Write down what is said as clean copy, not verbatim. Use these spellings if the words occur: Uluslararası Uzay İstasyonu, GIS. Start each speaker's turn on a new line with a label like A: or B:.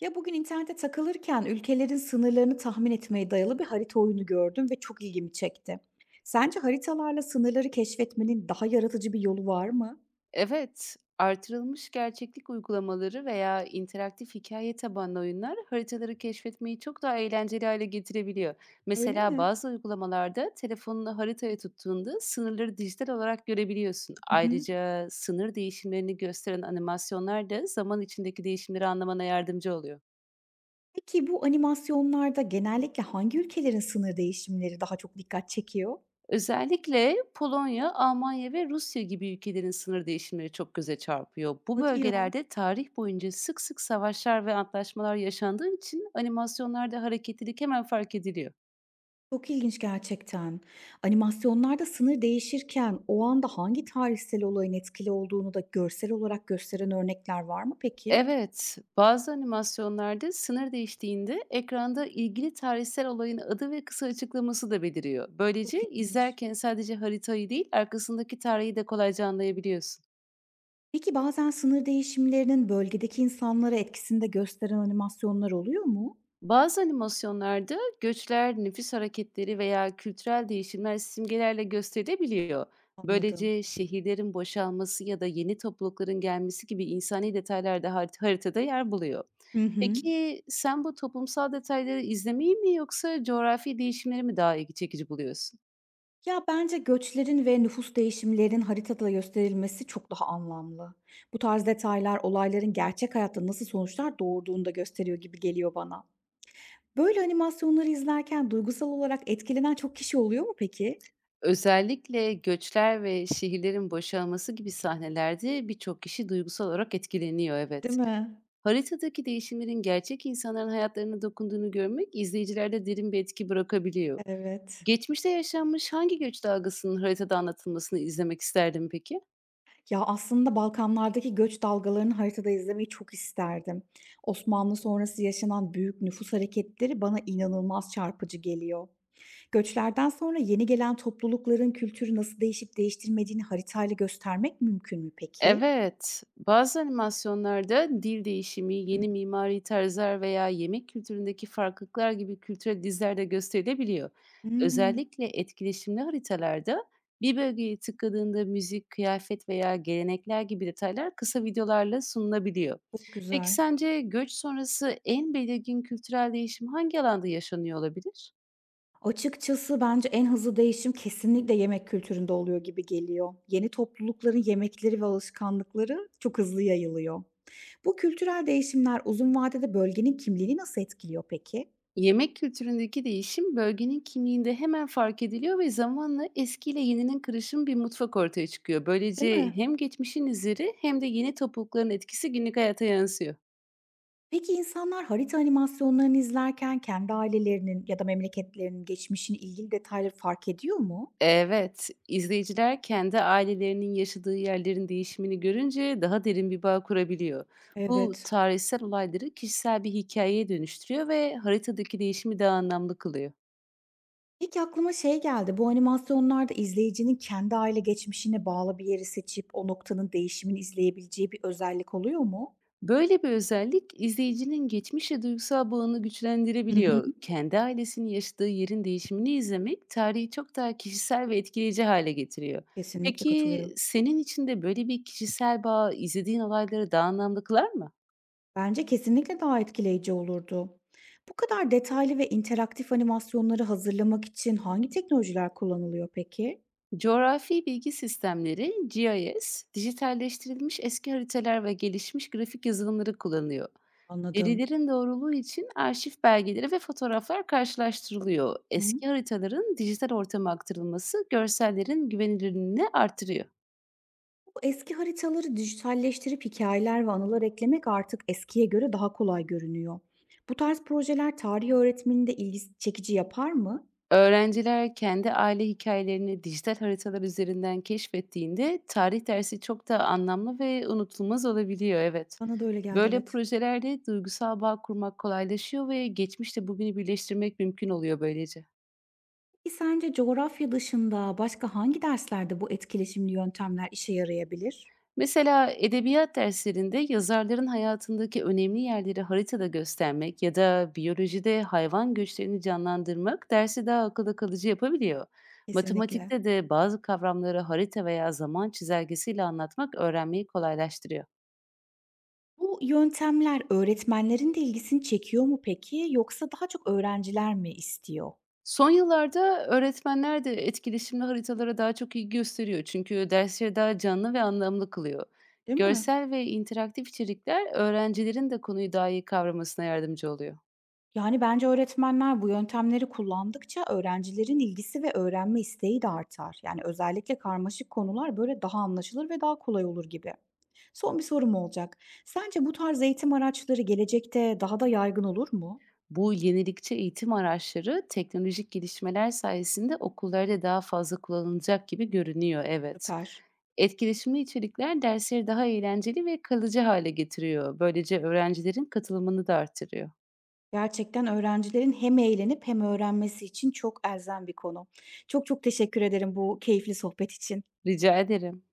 A: Ya bugün internette takılırken ülkelerin sınırlarını tahmin etmeye dayalı bir harita oyunu gördüm ve çok ilgimi çekti. Sence haritalarla sınırları keşfetmenin daha yaratıcı bir yolu var mı?
B: Evet, artırılmış gerçeklik uygulamaları veya interaktif hikaye tabanlı oyunlar haritaları keşfetmeyi çok daha eğlenceli hale getirebiliyor.
A: Öyle
B: Mesela
A: mi?
B: bazı uygulamalarda telefonunu haritaya tuttuğunda sınırları dijital olarak görebiliyorsun.
A: Mhm.
B: Ayrıca sınır değişimlerini gösteren animasyonlar da zaman içindeki değişimleri anlamana yardımcı oluyor.
A: Peki bu animasyonlarda genellikle hangi ülkelerin sınır değişimleri daha çok dikkat çekiyor?
B: Özellikle Polonya, Almanya ve Rusya gibi ülkelerin sınır değişimleri çok göze çarpıyor. Bu
A: Hadi ya.
B: bölgelerde tarih boyunca sık sık savaşlar ve antlaşmalar yaşandığı için animasyonlarda hareketlilik hemen fark ediliyor.
A: Çok ilginç gerçekten. Animasyonlarda sınır değişirken o anda hangi tarihsel olayın etkili olduğunu da görsel olarak gösteren örnekler var mı peki?
B: Evet, bazı animasyonlarda sınır değiştiğinde ekranda ilgili tarihsel olayın adı ve kısa açıklaması da beliriyor.
A: Çok
B: Böylece
A: ilginç.
B: izlerken sadece haritayı değil, arkasındaki tarihi de kolayca anlayabiliyorsun.
A: Peki bazen sınır değişimlerinin bölgedeki insanlara etkisini de gösteren animasyonlar oluyor mu?
B: Bazı animasyonlarda göçler, nüfus hareketleri veya kültürel değişimler simgelerle gösterilebiliyor.
A: Anladım.
B: Böylece şehirlerin boşalması ya da yeni toplulukların gelmesi gibi insani detaylar da haritada yer buluyor.
A: Hı hı.
B: Peki sen bu toplumsal detayları izlemeyi mi yoksa coğrafi değişimleri mi daha ilgi çekici buluyorsun?
A: Ya, bence göçlerin ve nüfus değişimlerinin haritada gösterilmesi çok daha anlamlı. Bu tarz detaylar olayların gerçek hayatta nasıl sonuçlar doğurduğunu da gösteriyor gibi geliyor bana. Böyle animasyonları izlerken duygusal olarak etkilenen çok kişi oluyor mu peki?
B: Özellikle göçler ve şehirlerin boşalması gibi sahnelerde birçok kişi duygusal olarak etkileniyor,
A: Değil
B: evet.
A: mi?
B: Haritadaki değişimlerin gerçek insanların hayatlarına dokunduğunu görmek izleyicilerde derin bir etki bırakabiliyor.
A: Evet.
B: Geçmişte yaşanmış hangi göç dalgasının haritada anlatılmasını izlemek isterdin peki?
A: Ya, aslında Balkanlardaki göç dalgalarını haritada izlemeyi çok isterdim. Osmanlı sonrası yaşanan büyük nüfus hareketleri bana inanılmaz çarpıcı geliyor. Göçlerden sonra yeni gelen toplulukların kültürü nasıl değişip değiştirmediğini haritayla göstermek mümkün mü peki?
B: Evet, bazı animasyonlarda dil değişimi, yeni mimari tarzlar veya yemek kültüründeki farklılıklar gibi kültürel izler gösterilebiliyor.
A: Hı.
B: Özellikle etkileşimli haritalarda bir bölgeye tıkladığında müzik, kıyafet veya gelenekler gibi detaylar kısa videolarla sunulabiliyor.
A: Çok
B: Peki
A: güzel.
B: sence göç sonrası en belirgin kültürel değişim hangi alanda yaşanıyor olabilir?
A: Açıkçası bence en hızlı değişim kesinlikle yemek kültüründe oluyor gibi geliyor. Yeni toplulukların yemekleri ve alışkanlıkları çok hızlı yayılıyor. Bu kültürel değişimler uzun vadede bölgenin kimliğini nasıl etkiliyor peki?
B: Yemek kültüründeki değişim bölgenin kimliğinde hemen fark ediliyor ve zamanla eskiyle yeninin karışım bir mutfak ortaya çıkıyor.
A: Değil
B: Böylece
A: mi?
B: hem geçmişin izleri hem de yeni toplulukların etkisi günlük hayata yansıyor.
A: Peki insanlar harita animasyonlarını izlerken kendi ailelerinin ya da memleketlerinin geçmişini ilgili detayları fark ediyor mu?
B: Evet, izleyiciler kendi ailelerinin yaşadığı yerlerin değişimini görünce daha derin bir bağ kurabiliyor. Bu
A: Evet.
B: tarihsel olayları kişisel bir hikayeye dönüştürüyor ve haritadaki değişimi daha anlamlı kılıyor.
A: İlk aklıma şey geldi. Bu animasyonlarda izleyicinin kendi aile geçmişine bağlı bir yeri seçip o noktanın değişimini izleyebileceği bir özellik oluyor mu?
B: Böyle bir özellik izleyicinin geçmişe duygusal bağını
A: Hı hı.
B: güçlendirebiliyor. Kendi ailesinin yaşadığı yerin değişimini izlemek tarihi çok daha kişisel ve etkileyici hale getiriyor.
A: Kesinlikle
B: Peki
A: katılıyorum.
B: senin için de böyle bir kişisel bağ izlediğin olayları daha anlamlı kılar mı?
A: Bence kesinlikle daha etkileyici olurdu. Bu kadar detaylı ve interaktif animasyonları hazırlamak için hangi teknolojiler kullanılıyor peki?
B: Coğrafi bilgi sistemleri GIS, dijitalleştirilmiş eski haritalar ve gelişmiş grafik yazılımları kullanıyor.
A: Anladım.
B: Verilerin doğruluğu için arşiv belgeleri ve fotoğraflar karşılaştırılıyor.
A: Hı.
B: Eski haritaların dijital ortama aktarılması görsellerin güvenilirliğini artırıyor.
A: Bu eski haritaları dijitalleştirip hikayeler ve anılar eklemek artık eskiye göre daha kolay görünüyor. Bu tarz projeler tarih öğretmenini de ilgi çekici yapar mı?
B: Öğrenciler kendi aile hikayelerini dijital haritalar üzerinden keşfettiğinde tarih dersi çok daha anlamlı ve unutulmaz olabiliyor, evet.
A: Bana da öyle geldi,
B: Böyle
A: evet.
B: projelerde duygusal bağ kurmak kolaylaşıyor ve geçmişle bugünü birleştirmek mümkün oluyor böylece.
A: Peki sence coğrafya dışında başka hangi derslerde bu etkileşimli yöntemler işe yarayabilir?
B: Mesela edebiyat derslerinde yazarların hayatındaki önemli yerleri haritada göstermek ya da biyolojide hayvan göçlerini canlandırmak dersi daha akılda kalıcı yapabiliyor.
A: Kesinlikle.
B: Matematikte de bazı kavramları harita veya zaman çizelgesiyle anlatmak öğrenmeyi kolaylaştırıyor.
A: Bu yöntemler öğretmenlerin de ilgisini çekiyor mu peki, yoksa daha çok öğrenciler mi istiyor?
B: Son yıllarda öğretmenler de etkileşimli haritalara daha çok ilgi gösteriyor çünkü dersleri daha canlı ve anlamlı kılıyor.
A: Değil mi?
B: Görsel ve interaktif içerikler öğrencilerin de konuyu daha iyi kavramasına yardımcı oluyor.
A: Yani bence öğretmenler bu yöntemleri kullandıkça öğrencilerin ilgisi ve öğrenme isteği de artar. Yani özellikle karmaşık konular böyle daha anlaşılır ve daha kolay olur gibi. Son bir sorum olacak. Sence bu tarz eğitim araçları gelecekte daha da yaygın olur mu?
B: Bu yenilikçi eğitim araçları teknolojik gelişmeler sayesinde okullarda daha fazla kullanılacak gibi görünüyor, evet.
A: Süper.
B: Etkileşimli içerikler dersleri daha eğlenceli ve kalıcı hale getiriyor. Böylece öğrencilerin katılımını da artırıyor.
A: Gerçekten öğrencilerin hem eğlenip hem öğrenmesi için çok elzem bir konu. Çok teşekkür ederim bu keyifli sohbet için.
B: Rica ederim.